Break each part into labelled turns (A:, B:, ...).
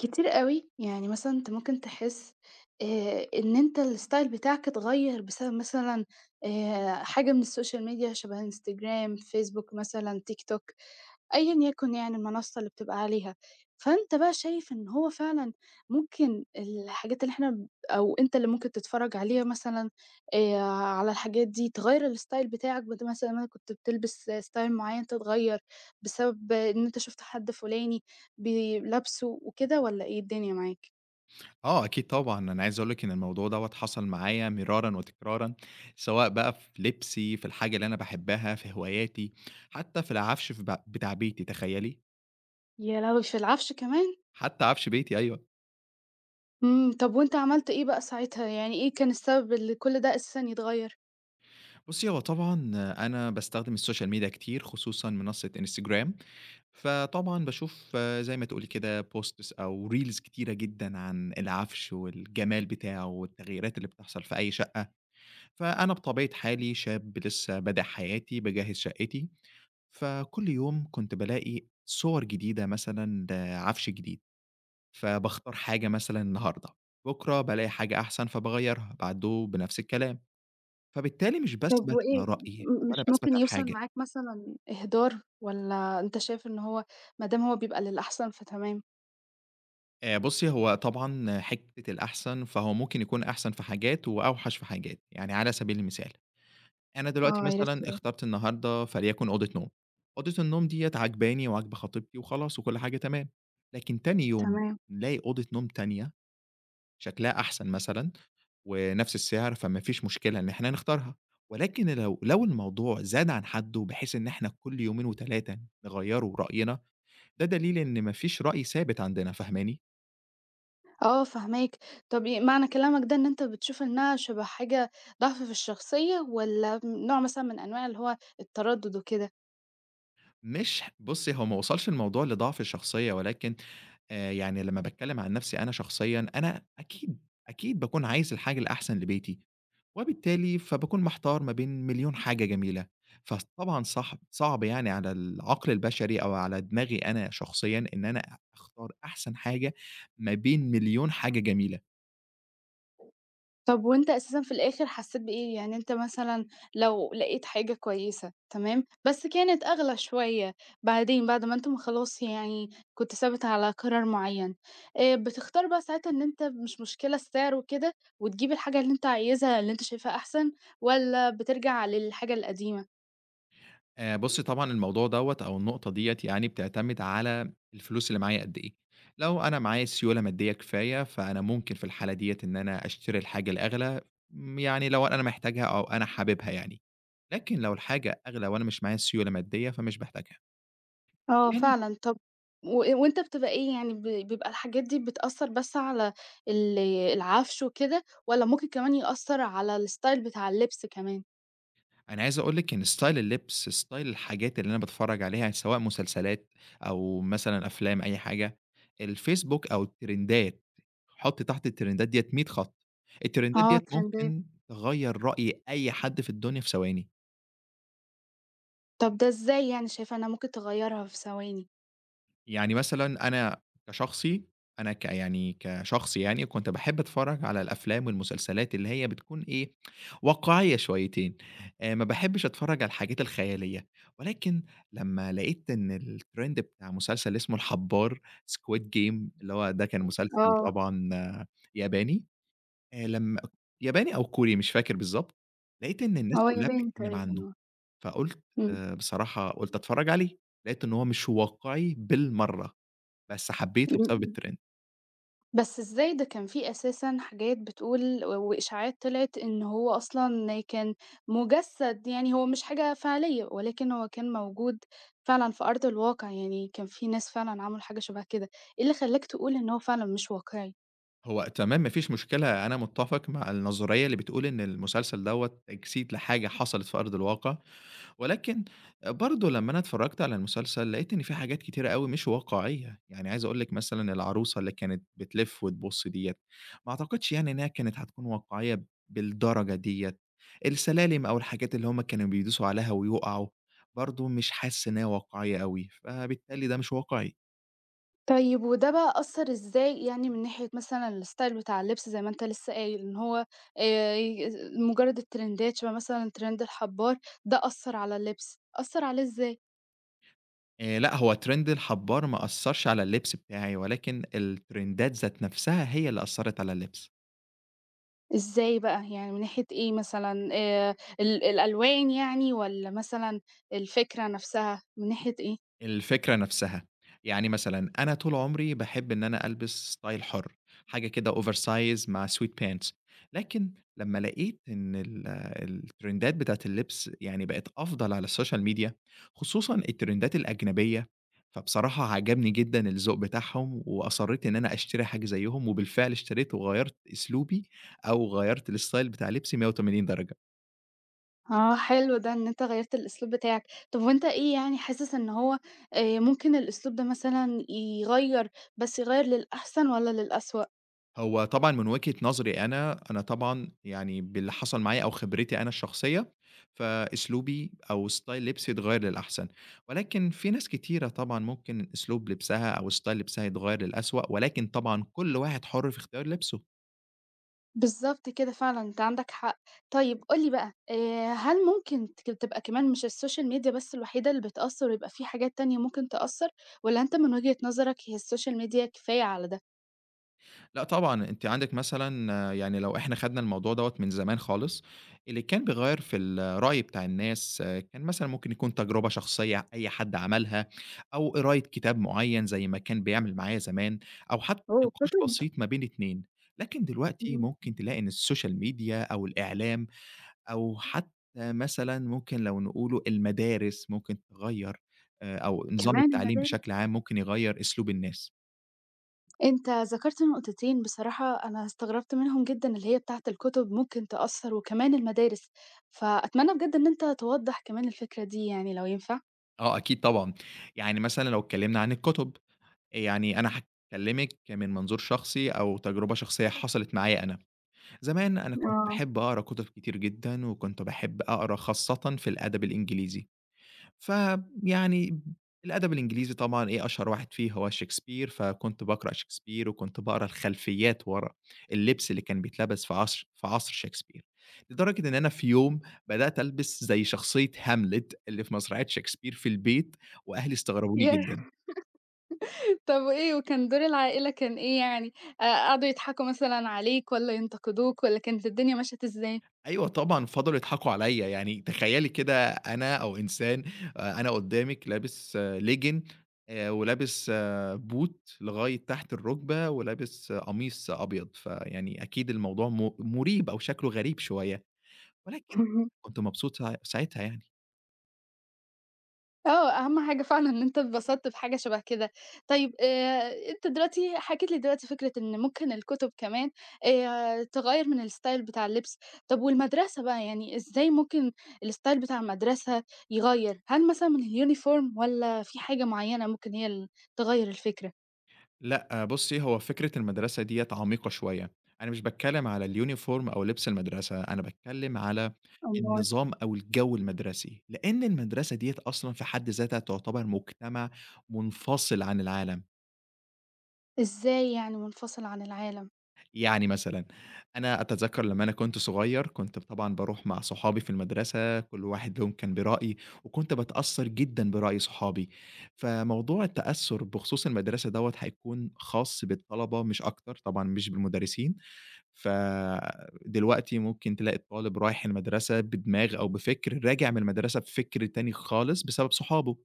A: كتير أوي، يعني مثلًا أنت ممكن تحس إن أنت الstyle بتاعك اتغيّر بسبب مثلًا حاجة من السوشيال ميديا شبه إنستجرام، فيسبوك مثلًا، تيك توك. أيًا يكن يعني المنصة اللي بتبقى عليها، فأنت بقى شايف إن هو فعلًا ممكن الحاجات اللي إحنا أو أنت اللي ممكن تتفرّج عليها مثلًا على الحاجات دي تغيّر الstyle بتاعك بدل مثلًا ما كنت بتلبس style معيّن تتغيّر بسبب إن أنت شُفت حد فُلاني لابسه وكده والّا إيه الدنيا معاك؟
B: آه، أكيد طبعًا، أنا عايز أقول لِك إن الموضوع دوّة حصل معايا مرارًا وتكرارًا، سواء بقى في لبسي، في الحاجة اللي أنا باحبها، في هواياتي، حتى في العفش في ب بتاع بيتي تخيّلي!
A: يا لهوي! في العفش كمان!
B: حتى عفش بيتي أيوه.
A: طَب وأنت عملت إيه بقى ساعتها، يعني إيه كان السبب اللي كل ده أساسًا يتغيّر؟
B: بُصّي، هو طبعًا أنا باستخدم السوشيال ميديا كتير، خصوصًا منصة إنستجرام، فطبعًا باشوف زي ما تقولي كده posts أو reels كتيرة جدًا عن العفش والجمال بتاعه والتغييرات اللي بتحصل في أي شقة، فأنا بطبيعة حالي شاب لسه بادئ حياتي، باجهّز شقتي، فكل يوم كنت بالاقي صور جديدة مثلًا لعفش جديد، فباختار حاجة مثلًا النهارده، بكرة بالاقي حاجة أحسن فباغيّرها، بعده بنفس الكلام، فبالتالي مش
A: طب
B: باثبت
A: وإيه
B: على رأيي ولا
A: مش
B: باثبت
A: ممكن
B: على
A: يوصل
B: حاجة.
A: معاك مثلًا إهدار، والّا أنت شايف إن هو ما دام هو بيبقى للأحسن فتمام؟
B: بُصّي، هو طبعًا حتّة الأحسن، فهو ممكن يكون أحسن في حاجات وأوحش في حاجات، يعني على سبيل المثال، أنا دلوقتي
A: آه، يا ريت
B: مثلًا
A: تقول
B: اخترت النهارده فليكن أوضة نوم، أوضة النوم ديّة عاجباني وعاجبة خطيبتي وخلاص وكل حاجة تمام، لكن تاني يوم
A: تمام،
B: نلاقي أوضة نوم تانية شكلها أحسن مثلًا ونفس السعر، فما فيش مشكلة إن إحنا نختارها، ولكن لو الموضوع زاد عن حدّه بحيث إن إحنا كل يومين و3 نغيّروا رأينا، ده دليل إن ما فيش رأي ثابت عندنا، فاهماني؟
A: آه فاهماك. طب معنى كلامك ده إن أنت بتشوف إنها شبه حاجة ضعف في الشخصية، والّا نوع مثلًا من أنواع اللي هو التردد وكده؟
B: مش بُصّي، هو ما وصلش الموضوع لضعف الشخصية، ولكن يعني لمّا باتكلّم عن نَفْسي أنا شخصيًا، أنا أكيد، أكيد باكون عايز الحاجة الأحسن لبيتي، وبالتالي فباكون محتار ما بين مليون حاجة جميلة، فطبعًا صح صعب يعني على العقل البشري أو على دماغي أنا شخصيًا إن أنا أختار أحسن حاجة ما بين مليون حاجة جميلة.
A: طب وأنت أساسًا في الآخر حسّيت بإيه؟ يعني أنت مثلًا لو لقيت حاجة كويسة تمام، بس كانت أغلى شوية، بعدين بعد ما أنتم خلاص يعني كنت ثابت على قرار معيّن، بتختار بقى ساعتها إن أنت مش مشكلة السعر وكده وتجيب الحاجة اللي أنت عايزها، اللي أنت شايفها أحسن والّا بترجع للحاجة القديمة؟
B: بُصّي طبعًا الموضوع دوّة أو النقطة ديّة يعني بتعتمد على الفلوس اللي معايا قد إيه، لو أنا معايا سيولة مادية كفاية، فأنا ممكن في الحالة ديّة إن أنا أشتري الحاجة الأغلى، يعني لو أنا محتاجها أو أنا حاببها يعني، لكن لو الحاجة أغلى وأنا مش معايا سيولة مادية فمش باحتاجها.
A: آه
B: كمان
A: فعلًا، طب وأنت بتبقى إيه يعني بيبقى الحاجات دي بتأثّر بس على ال العفش وكده والّا ممكن كمان يأثّر على الstyle بتاع اللبس كمان؟
B: أنا عايز أقول لِك إن ستايل اللبس، ستايل الحاجات اللي أنا باتفرّج عليها سواء مسلسلات أو مثلًا أفلام أي حاجة، الفيسبوك أو الترندات، حُطّي تحت الترندات ديّة 100 خط، الترندات
A: آه
B: ديّة
A: ترندات،
B: ممكن تغيّر رأي أي حد في الدنيا في ثواني.
A: طب ده إزاي يعني شايفة إنها ممكن تغيّرها في ثواني؟
B: يعني مثلًا أنا كشخصي أنا ك يعني كشخص يعني كنت باحب أتفرّج على الأفلام والمسلسلات اللي هي بتكون إيه، واقعية شويتين، ما باحبش أتفرّج على الحاجات الخيالية، ولكن لمّا لقيت إن الtrend بتاع مسلسل اسمه الحبّار Squid Game اللي هو ده كان مسلسل
A: آه،
B: طبعًا آه، ياباني، لمّا ياباني أو كوري مش فاكر بالضبط، لقيت إن الناس
A: هو
B: كلّها
A: ياباني
B: بتتكلّم
A: تقريبًا
B: عنه،
A: آه،
B: فقُلت
A: إمم،
B: آه بصراحة قُلت أتفرّج عليه، لقيت إن هو مش واقعي بالمرّة. بس حبيته
A: إمم،
B: بسبب
A: إمم،
B: الtrend.
A: بس إزاي ده كان في أساسًا حاجات بتقول وإشاعات طلعت إن هو أصلًا كان مُجسّد، يعني هو مش حاجة فعلية، ولكن هو كان موجود فعلًا في أرض الواقع، يعني كان في ناس فعلًا عملوا حاجة شبه كده، إيه اللي خلّاك تقول إن هو فعلًا مش واقعي؟
B: هو تمام ما فيش مشكلة، أنا متّفق مع النظرية اللي بتقول إن المسلسل دوّة تجسيد لحاجة حصلت في أرض الواقع، ولكن برضه لمّا أنا اتفرّجت على المسلسل لقيت إن في حاجات كتيرة أوي مش واقعية، يعني عايز أقول لِك مثلًا العروسة اللي كانت بتلِف وتبُص ديّة، ما أعتقدش يعني إنها كانت هتكون واقعية بالدرجة ديّة، السلالم أو الحاجات اللي هُم كانوا بيدوسوا عليها ويُقعوا برضه مش حاسس إن هي واقعية أوي، فبالتالي ده مش واقعي.
A: طيب وده بقى أثّر إزاي يعني من ناحية مثلًا الstyle بتاع اللبس زي ما أنت لسه قايل إن هو ي مجرّد الترندات شبه مثلًا ترند الحبّار، ده أثّر على اللبس، أثّر عليه إزاي؟
B: لأ، هو ترند الحبّار ما أثّرش على اللبس بتاعي، ولكن الترندات ذات نفسها هي اللي أثّرت على اللبس.
A: إزاي بقى؟ يعني من ناحية إيه مثلًا ال الألوان يعني والّا مثلًا الفكرة نَفْسها، من ناحية إيه؟
B: الفكرة نفسها، يعني مثلًا أنا طول عمري باحب إن أنا ألبس style حُر، حاجة كده oversize مع sweat pants، لكن لمّا لقيت إن الترندات بتاعة اللبس يعني بقت أفضل على السوشيال ميديا، خصوصًا الترندات الأجنبية، فبصراحة عجبني جدًا الذوق بتاعهم، وأصرّيت إن أنا أشتري حاجة زيّهم، وبالفعل اشتريت وغيّرت أسلوبي أو غيّرت الstyle بتاع لبسي 180 درجة.
A: آه حلو ده إن أنت غيّرت الأسلوب بتاعك، طَب وأنت إيه يعني حاسس إن هو ممكن الأسلوب ده مثلًا يغيّر، بس يغيّر للأحسن والّا للأسوأ؟
B: هو طبعًا من وجهة نظري أنا، أنا طبعًا يعني باللي حصل معايا أو خبرتي أنا الشخصية، فأسلوبي أو ستايل لبسي اتغيّر للأحسن، ولكن في ناس كتيرة طبعًا ممكن أسلوب لبسها أو ستايل لبسها يتغيّر للأسوأ، ولكن طبعًا كل واحد حُر في اختيار لبسه.
A: بالضبط كده فعلًا، أنت عندك حق. طيب قُل لي بقى، هل ممكن تبقى كمان مش السوشيال ميديا بس الوحيدة اللي بتأثّر ويبقى في حاجات تانية ممكن تأثّر، والّا أنت من وجهة نظرك هي السوشيال ميديا كفاية على ده؟
B: لأ طبعًا، أنتِ عندِك مثلًا آه، يعني لو إحنا خدنا الموضوع دوّة من زمان خالص، اللي كان بيغيّر في الرأي بتاع الناس آه، كان مثلًا ممكن يكون تجربة شخصية أي حد عملها، أو قراية كتاب معيّن زي ما كان بيعمل معايا زمان، أو حتى
A: أوه!
B: نقاش
A: كُتب،
B: بسيط ما بين 2. لكن دلوقتي
A: إمم.
B: ممكن تلاقي إن السوشيال ميديا أو الإعلام أو حتى مثلًا ممكن لو نقوله المدارس ممكن تغيّر أو نظام
A: كمان
B: التعليم بشكل
A: المدارس.
B: عام ممكن يغيّر أسلوب الناس.
A: أنت ذكرت نقطتين بصراحة أنا استغربت منهم جدًا، اللي هي بتاعة الكُتب ممكن تأثّر وكمان المدارس، فأتمنى بجد إن أنت توضّح كمان الفكرة دي يعني لو ينفع.
B: آه أكيد طبعًا، يعني مثلًا لو اتكلمنا عن الكُتب، يعني أنا هاكلمِك من منظور شخصي أو تجربة شخصية حصلت معايا أنا، زمان أنا كنت
A: آه.
B: باحب أقرا كُتب كتير جدًا، وكنت باحب أقرا خاصةً في الأدب الإنجليزي. فيعني الأدب الإنجليزي طبعًا إيه أشهر واحد فيه هو شكسبير، فكنت باقرأ شكسبير وكنت باقرأ الخلفيات ورا اللبس اللي كان بيتلبس في عصر شكسبير، لدرجة إن أنا في يوم بدأت ألبس زي شخصية هاملت اللي في مسرحية شكسبير في البيت، وأهلي استغربوني
A: يا
B: جدًا.
A: طب وإيه، وكان دور العائلة كان إيه يعني؟ قعدوا يضحكوا مثلًا عليك والّا ينتقدوك والّا كانت الدنيا مشيت إزاي؟
B: أيوه طبعًا، فضلوا يضحكوا عليّا، يعني تخيّلي كده أنا أو إنسان أنا قدّامِك لابس legging ولابس boot لغاية تحت الرُكبة ولابس آه، قميص أبيض، فيعني أكيد الموضوع مُريب أو شكله غريب شوية، ولكن
A: اهم.
B: كنت مبسوط ساعتها يعني.
A: آه، أهم حاجة فعلًا إن أنت اتبسطت بحاجة شبه كده. طيب أنت دلوقتي حكيت لي دلوقتي فكرة إن ممكن الكتب كمان تغيّر من الstyle بتاع اللبس، طب والمدرسة بقى يعني إزاي ممكن الstyle بتاع المدرسة يغيّر؟ هل مثلًا من الuniform والّا في حاجة معيّنة ممكن هي اللي تغيّر الفكرة؟
B: لأ، بُصّي، هو فكرة المدرسة ديّة عميقة شوية، أنا مش باتكلّم على الuniform أو لبس المدرسة، أنا باتكلّم على
A: أومال.
B: النظام أو الجَو المدرسي، لإن المدرسة ديّة أصلًا في حد ذاتها تعتبر مجتمع منفصل عن العالم،
A: إزاي يعني منفصل عن العالم؟
B: يعني مثلًا أنا أتذكّر لمّا أنا كنت صغير كنت طبعًا باروح مع صحابي في المدرسة، كل واحد ليهم كان برأي وكنت باتأثّر جدًا برأي صحابي، فموضوع التأثُّر بخصوص المدرسة دوّة هيكون خاص بالطلبة مش أكتر، طبعًا مش بالمدرسين. فدلوقتي ممكن تلاقي الطالب رايح المدرسة بدماغ أو بفكر، راجع من المدرسة بفكر تاني خالص بسبب صحابه.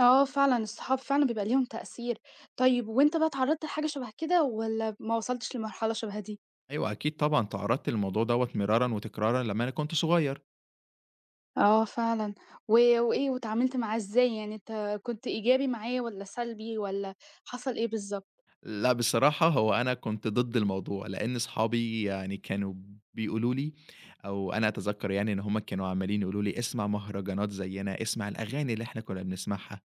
A: آه فعلًا، الصحاب فعلًا بيبقى ليهم تأثير. طيب وأنت بقى اتعرّضت لحاجة شبه كده والّا ما وصلتش لمرحلة شبه دي؟
B: أيوه أكيد طبعًا تعرّضت للموضوع دوّة مرارًا وتكرارًا لمّا أنا كنت صغير.
A: آه فعلًا. و وإيه واتعاملت معاه إزاي؟ يعني أنت كنت إيجابي معاه والّا سلبي والّا حصل إيه بالضبط؟
B: لأ بصراحة هو أنا كنت ضد الموضوع، لإن صحابي يعني كانوا بيقولوا لي أو أنا أتذكّر يعني إن هم كانوا عمّالين يقولوا لي: "اسمع مهرجانات زيّنا، اسمع الأغاني اللي إحنا كنّا بنسمعها."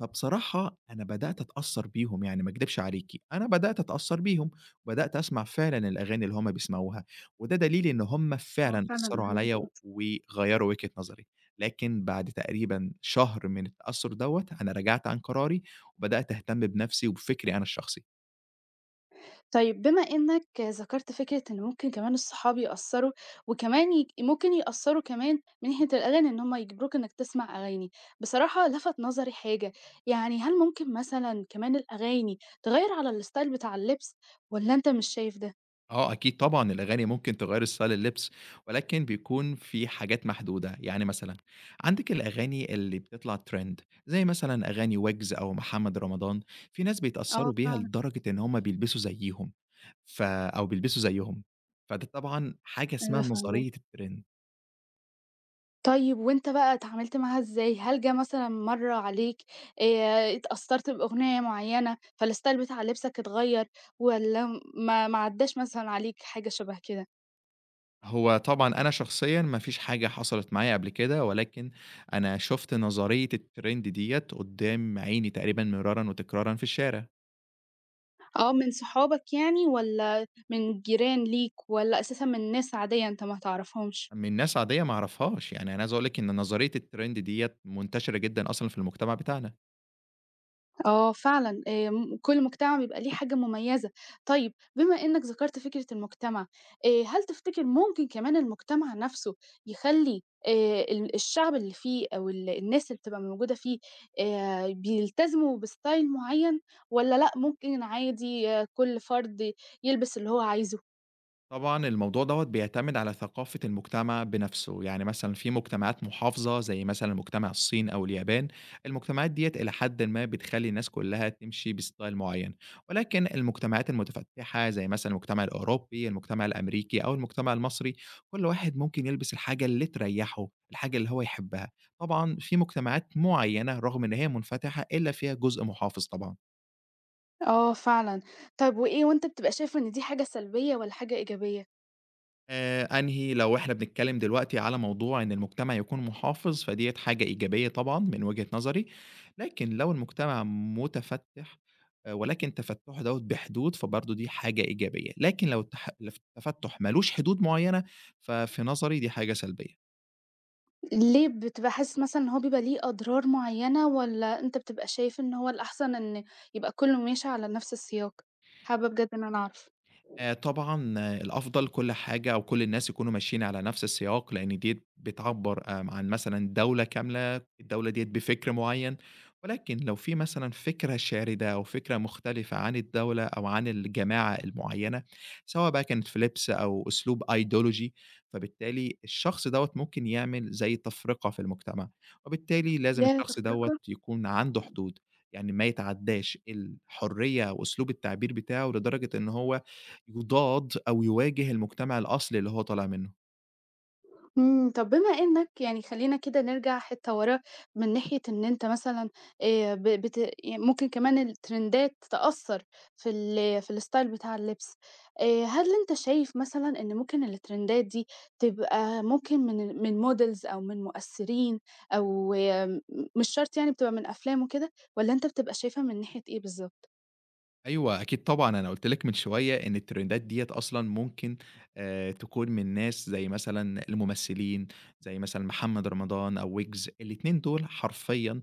B: فبصراحة أنا بدأت أتأثّر بيهم يعني ما أكدبش عليكِ، أنا بدأت أتأثّر بيهم، وبدأت أسمع فعلًا الأغاني اللي هُم بيسمعوها، وده دليل إن هُم فعلًا
A: آه فعلًا،
B: أثّروا
A: اهانة
B: عليَّ وغيّروا وجهة نظري، لكن بعد تقريبًا شهر من التأثّر دوّة، أنا رجعت عن قراري وبدأت أهتم بنفسي وبفكري أنا الشخصي.
A: طيب بما إنك ذكرت فكرة إن ممكن كمان الصحاب يأثّروا، وكمان ممكن يأثّروا كمان من ناحية الأغاني، إن هُم يجبروك إنك تسمع أغاني. بصراحة لَفَت نظري حاجة، يعني هل ممكن مثلًا كمان الأغاني تغيّر على الstyle بتاع اللبس، والّا أنت مش شايف ده؟
B: آه، أكيد طبعًا الأغاني ممكن تغيّر ستايل اللبس، ولكن بيكون في حاجات محدودة، يعني مثلًا عندِك الأغاني اللي بتطلع trend زي مثلًا أغاني ويجز أو محمد رمضان، في ناس بيتأثّروا
A: آه
B: بيها
A: فعلًا،
B: لدرجة إن هُم بيلبسوا زيّهم، ف أو بيلبسوا زيّهم، فده طبعًا حاجة اسمها
A: أيوه
B: نظرية
A: فاهماك.
B: الtrend.
A: طيب وأنت بقى اتعاملت معاها إزاي؟ هل جه مثلًا مرّة عليك اتأثّرت بأغنية معيّنة، فالstyle بتاع لبسك اتغيّر، والّا ما عدّاش مثلًا عليك حاجة شبه كده؟
B: هو طبعًا أنا شخصيًا ما فيش حاجة حصلت معايا قبل كده، ولكن أنا شُفت نظرية الtrend ديّة قدّام عيني تقريبًا مرارًا وتكرارًا في الشارع.
A: آه، من صحابك يعني والّا من جيران ليك والّا أساسًا من ناس عادية أنت ما تعرفهمش؟
B: من ناس عادية ما أعرفهاش، يعني أنا عايز أقول لِك إن نظرية الtrend ديّة منتشرة جدًا أصلًا في المجتمع بتاعنا.
A: آه فعلًا، كل مجتمع بيبقى ليه حاجة مميزة. طيب بما إنك ذكرت فكرة المجتمع، هل تفتكر ممكن كمان المجتمع نفسه يخلّي ال الشعب اللي فيه أو الناس اللي بتبقى موجودة فيه بيلتزموا بstyle معين والّا لأ ممكن عادي آه، كل فرد يلبس اللي هو عايزه؟
B: طبعًا الموضوع دوّة بيعتمد على ثقافة المجتمع بنفسه، يعني مثلًا في مجتمعات محافظة زي مثلًا مجتمع الصين أو اليابان، المجتمعات ديّة إلى حدٍ ما بتخلّي الناس كلّها تمشي بstyle معيّن، ولكن المجتمعات المتفتحة زي مثلًا المجتمع الأوروبي، المجتمع الأمريكي أو المجتمع المصري، كل واحد ممكن يلبس الحاجة اللي تريّحه، الحاجة اللي هو يحبها، طبعًا في مجتمعات معيّنة رغم إن هي منفتحة إلا فيها جزء محافظ طبعًا.
A: آه فعلًا. طيب وإيه وأنت بتبقى شايف إن دي حاجة سلبية والّا حاجة إيجابية؟
B: أنهي لو إحنا بنتكلم دلوقتي على موضوع إن المجتمع يكون محافظ، فديّة حاجة إيجابية طبعًا من وجهة نظري، لكن لو المجتمع متفتح ولكن تفتُّحه دوّة بحدود، فبرضه دي حاجة إيجابية، لكن لو التفتُّح ما لوش حدود معيّنة، ففي نظري دي حاجة سلبية.
A: ليه بتبقى حاسس مثلًا إن هو بيبقى ليه أضرار معيّنة والّا أنت بتبقى شايف إن هو الأحسن إن يبقى كُلّه ماشي على نفس السياق؟ حابة بجد إن أنا أعرف.
B: طبعًا آه، الأفضل كل حاجة أو كل الناس يكونوا ماشيين على نفس السياق، لإن ديّة بتعبّر عن مثلًا دولة كاملة، الدولة ديّة بفكر معيّن، ولكن لو في مثلًا فكرة شاردة أو فكرة مختلفة عن الدولة أو عن الجماعة المعيّنة، سواء بقى كانت في لبس أو أسلوب ideology، فبالتالي الشخص دوّة ممكن يعمل زي تفرقة في المجتمع، وبالتالي لازم
A: ياه
B: الشخص دوّة
A: تفرقة!
B: يكون عنده حدود، يعني ما يتعدّاش الحرية وأسلوب التعبير بتاعه لدرجة إن هو يُضاد أو يواجه المجتمع الأصلي اللي هو طالع منه.
A: طب بما إنك يعني خلّينا كده نرجع حتّة ورا من ناحية إن أنت مثلًا ب بت ي ممكن كمان الترندات تأثّر في في الstyle بتاع اللبس، هل أنت شايف مثلًا إن ممكن الترندات دي تبقى ممكن من models أو من مؤثّرين أو آه، م مش شرط يعني بتبقى من أفلام وكده، والّا أنت بتبقى شايفها من ناحية إيه بالضبط؟
B: أيوه، أكيد طبعًا، أنا قُلت لِك من شوية إن الترندات ديّة أصلًا ممكن تكون من ناس زي مثلًا الممثلين، زي مثلًا محمد رمضان أو ويجز، الاتنين دول حرفيًا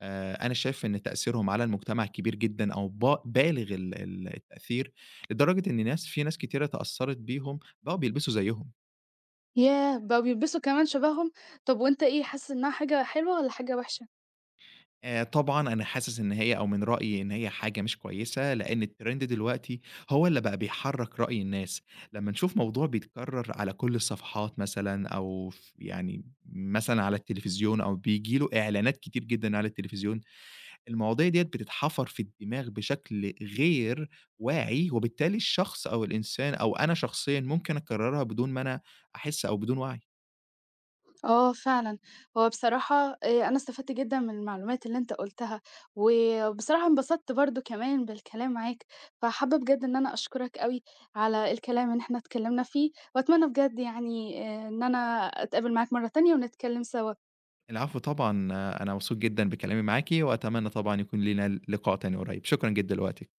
B: أنا شايف إن تأثيرهم على المجتمع كبير جدًا أو بالغ ال ال التأثير، لدرجة إن في ناس كتيرة اتأثّرت بيهم بقوا بيلبسوا زيّهم.
A: ياه! بقوا بيلبسوا كمان شبههم، طب وأنت إيه حاسس إنها حاجة حلوة والّا حاجة وحشة؟
B: طبعًا أنا حاسس إن هي أو من رأيي إن هي حاجة مش كويسة، لإن الtrend دلوقتي هو اللي بقى بيحرّك رأي الناس، لمّا نشوف موضوع بيتكرّر على كل الصفحات مثلًا أو يعني مثلًا على التلفزيون أو بييجي له إعلانات كتير جدًا على التلفزيون، المواضيع ديّة بتتحفر في الدماغ بشكل غير واعي، وبالتالي الشخص أو الإنسان أو أنا شخصيًا ممكن أكرّرها بدون ما أنا أحس أو بدون وعي.
A: آه فعلًا، هو بصراحة أنا استفدت جدًا من المعلومات اللي أنت قُلتها، وبصراحة انبسطت برضه كمان بالكلام معاك، فحابة بجد إن أنا أشكرك أوي على الكلام إن إحنا اتكلمنا فيه، وأتمنى بجد يعني إن أنا أتقابل معاك مرة تانية ونتكلم سوا.
B: العفو طبعًا، أنا مبسوط جدًا بكلامي معاكِ، وأتمنى طبعًا يكون لينا لقاء تاني قريب، شكرًا جدًا لوقتِك.